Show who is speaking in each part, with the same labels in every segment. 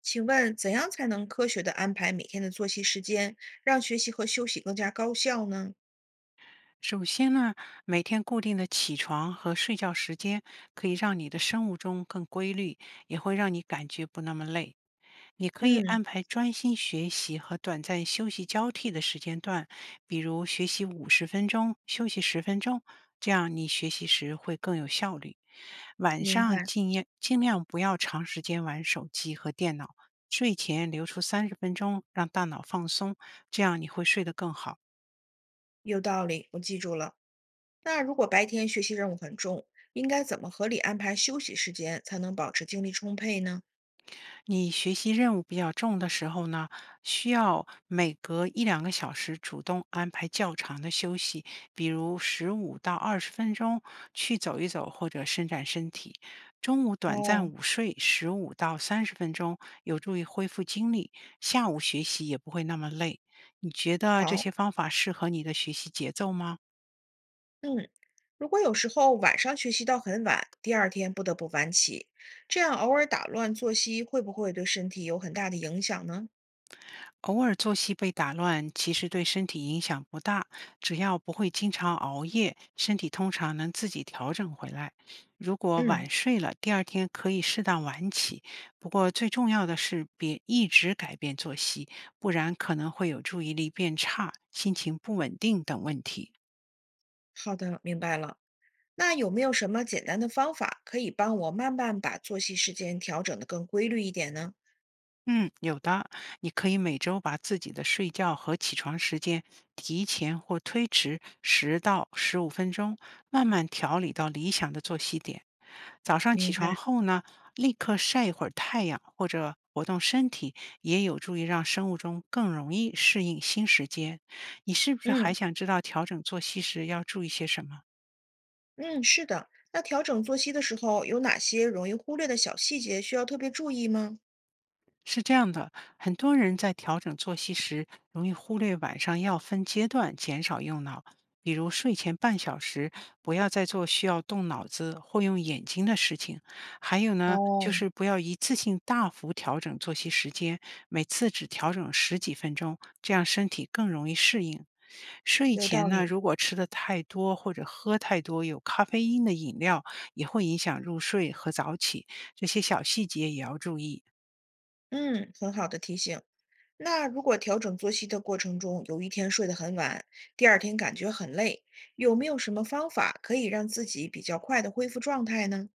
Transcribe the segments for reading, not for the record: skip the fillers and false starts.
Speaker 1: 请问怎样才能科学的安排每天的作息时间，让学习和休息更加高效呢？
Speaker 2: 首先呢，每天固定的起床和睡觉时间可以让你的生物钟更规律，也会让你感觉不那么累。你可以
Speaker 1: 嗯，
Speaker 2: 安排专心学习和短暂休息交替的时间段，比如学习50分钟，休息十分钟，这样你学习时会更有效率。晚
Speaker 1: 明
Speaker 2: 上
Speaker 1: 白，
Speaker 2: 尽量不要长时间玩手机和电脑，睡前留出三十分钟让大脑放松，这样你会睡得更好。
Speaker 1: 有道理，我记住了。那如果白天学习任务很重，应该怎么合理安排休息时间，才能保持精力充沛呢？
Speaker 2: 你学习任务比较重的时候呢，需要每隔一两个小时主动安排较长的休息，比如15到20分钟去走一走或者伸展身体。中午短暂
Speaker 1: 哦，
Speaker 2: 午睡15到30分钟，有助于恢复精力，下午学习也不会那么累。你觉得这
Speaker 1: 好，
Speaker 2: 些方法适合你的学习节奏吗？
Speaker 1: 嗯，如果有时候晚上学习到很晚，第二天不得不晚起，这样偶尔打乱作息，会不会对身体有很大的影响呢？
Speaker 2: 偶尔作息被打乱，其实对身体影响不大，只要不会经常熬夜，身体通常能自己调整回来。如果
Speaker 1: 嗯，
Speaker 2: 晚睡了，第二天可以适当晚起，不过最重要的是别一直改变作息，不然可能会有注意力变差、心情不稳定等问题。
Speaker 1: 好的，明白了。那有没有什么简单的方法可以帮我慢慢把作息时间调整得更规律一点呢？
Speaker 2: 嗯，有的，你可以每周把自己的睡觉和起床时间提前或推迟10到15分钟，慢慢调理到理想的作息点。早上起
Speaker 1: 明
Speaker 2: 床
Speaker 1: 白，
Speaker 2: 后呢，立刻晒一会儿太阳或者活动身体，也有助于让生物钟更容易适应新时间。你是不是
Speaker 1: 嗯
Speaker 2: 还想知道调整作息时要注意些什么？
Speaker 1: 嗯，是的。那调整作息的时候，有哪些容易忽略的小细节需要特别注意吗？
Speaker 2: 是这样的，很多人在调整作息时，容易忽略晚上要分阶段减少用脑，比如睡前半小时不要再做需要动脑子或用眼睛的事情。还有呢，就
Speaker 1: 哦，
Speaker 2: 是不要一次性大幅调整作息时间，每次只调整十几分钟，这样身体更容易适应。睡
Speaker 1: 有道
Speaker 2: 前呢，
Speaker 1: 理，
Speaker 2: 如果吃的太多或者喝太多有咖啡因的饮料，也会影响入睡和早起，这些小细节也要注意。
Speaker 1: 嗯，很好的提醒。那如果调整作息的过程中，有一天睡得很晚，第二天感觉很累，有没有什么方法可以让自己比较快的恢复状态呢？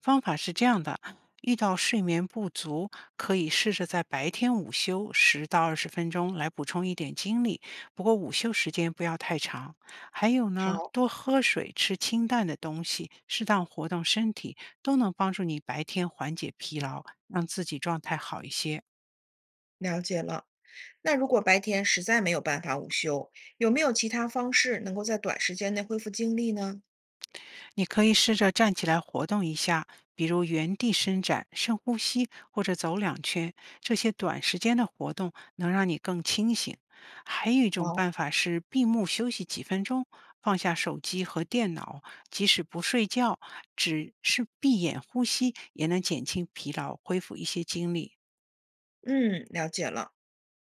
Speaker 2: 方法是这样的：遇到睡眠不足，可以试着在白天午休10到20分钟来补充一点精力，不过午休时间不要太长。还有呢，
Speaker 1: 好，
Speaker 2: 多喝水、吃清淡的东西，适当活动身体，都能帮助你白天缓解疲劳，让自己状态好一些。
Speaker 1: 了解了。那如果白天实在没有办法午休，有没有其他方式能够在短时间内恢复精力呢？
Speaker 2: 你可以试着站起来活动一下，比如原地伸展、深呼吸或者走两圈。这些短时间的活动能让你更清醒。还有一种
Speaker 1: 好，
Speaker 2: 办法是闭目休息几分钟，放下手机和电脑，即使不睡觉，只是闭眼呼吸也能减轻疲劳，恢复一些精力。
Speaker 1: 嗯，了解了。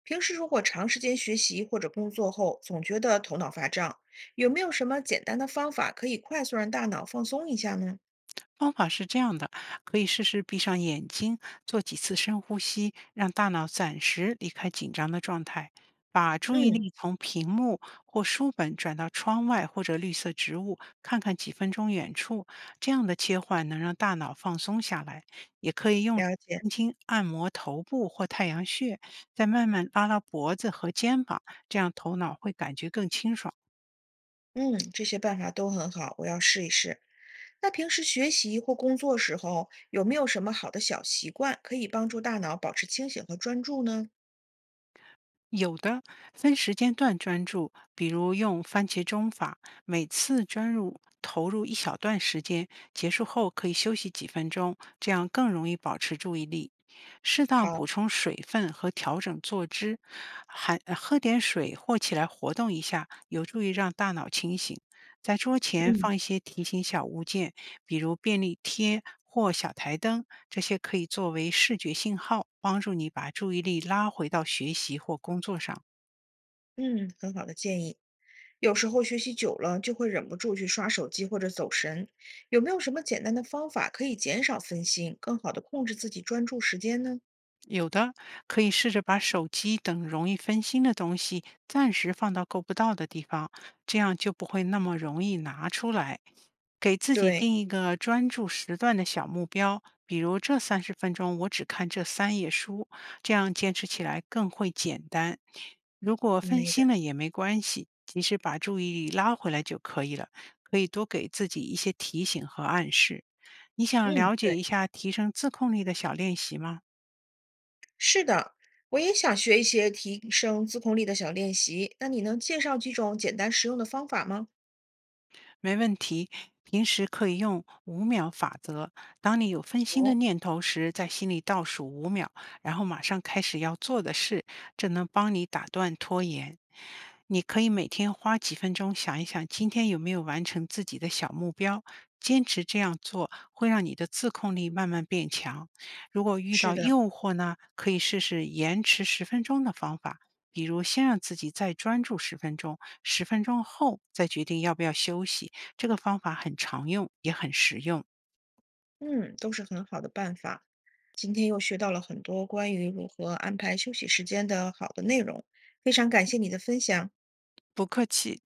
Speaker 1: 平时如果长时间学习或者工作后，总觉得头脑发胀，有没有什么简单的方法可以快速让大脑放松一下呢？
Speaker 2: 方法是这样的，可以试试闭上眼睛，做几次深呼吸，让大脑暂时离开紧张的状态，把注意
Speaker 1: 嗯，
Speaker 2: 力从屏幕或书本转到窗外或者绿色植物，看看几分钟远处。这样的切换能让大脑放松下来，也可以用。
Speaker 1: 了解。
Speaker 2: 轻轻按摩头部或太阳穴，再慢慢拉拉脖子和肩膀，这样头脑会感觉更清爽。
Speaker 1: 嗯，这些办法都很好，我要试一试。那平时学习或工作时候，有没有什么好的小习惯可以帮助大脑保持清醒和专注呢？
Speaker 2: 有的，分时间段专注，比如用番茄钟法，每次专注投入一小段时间，结束后可以休息几分钟，这样更容易保持注意力。适当补
Speaker 1: 好，
Speaker 2: 充水分和调整坐姿，还喝点水或起来活动一下，有助于让大脑清醒。在桌前
Speaker 1: 嗯
Speaker 2: 放一些提醒小物件，比如便利贴或小台灯，这些可以作为视觉信号，帮助你把注意力拉回到学习或工作上。
Speaker 1: 嗯，很好的建议。有时候学习久了就会忍不住去刷手机或者走神，有没有什么简单的方法可以减少分心，更好的控制自己专注时间呢？
Speaker 2: 有的可以试着把手机等容易分心的东西暂时放到够不到的地方，这样就不会那么容易拿出来。给自己
Speaker 1: 对，
Speaker 2: 定一个专注时段的小目标，比如这三十分钟我只看这三页书，这样坚持起来更会简单。如果分
Speaker 1: 没的，
Speaker 2: 心了也没关系，及时把注意力拉回来就可以了。可以多给自己一些提醒和暗示。你想
Speaker 1: 嗯，
Speaker 2: 了
Speaker 1: 对，
Speaker 2: 解一下提升自控力的小练习吗？
Speaker 1: 是的，我也想学一些提升自控力的小练习，那你能介绍几种简单实用的方法吗？
Speaker 2: 没问题。平时可以用5秒法则，当你有分心的
Speaker 1: 哦，
Speaker 2: 念头时，在心里倒数五秒，然后马上开始要做的事，这能帮你打断拖延。你可以每天花几分钟想一想，今天有没有完成自己的小目标。坚持这样做，会让你的自控力慢慢变强。如果遇
Speaker 1: 是
Speaker 2: 到
Speaker 1: 的，
Speaker 2: 诱惑呢，可以试试延迟十分钟的方法，比如先让自己再专注十分钟，十分钟后再决定要不要休息。这个方法很常用，也很实用，
Speaker 1: 嗯，都是很好的办法。今天又学到了很多关于如何安排休息时间的好的内容，非常感谢你的分享。
Speaker 2: 不客气。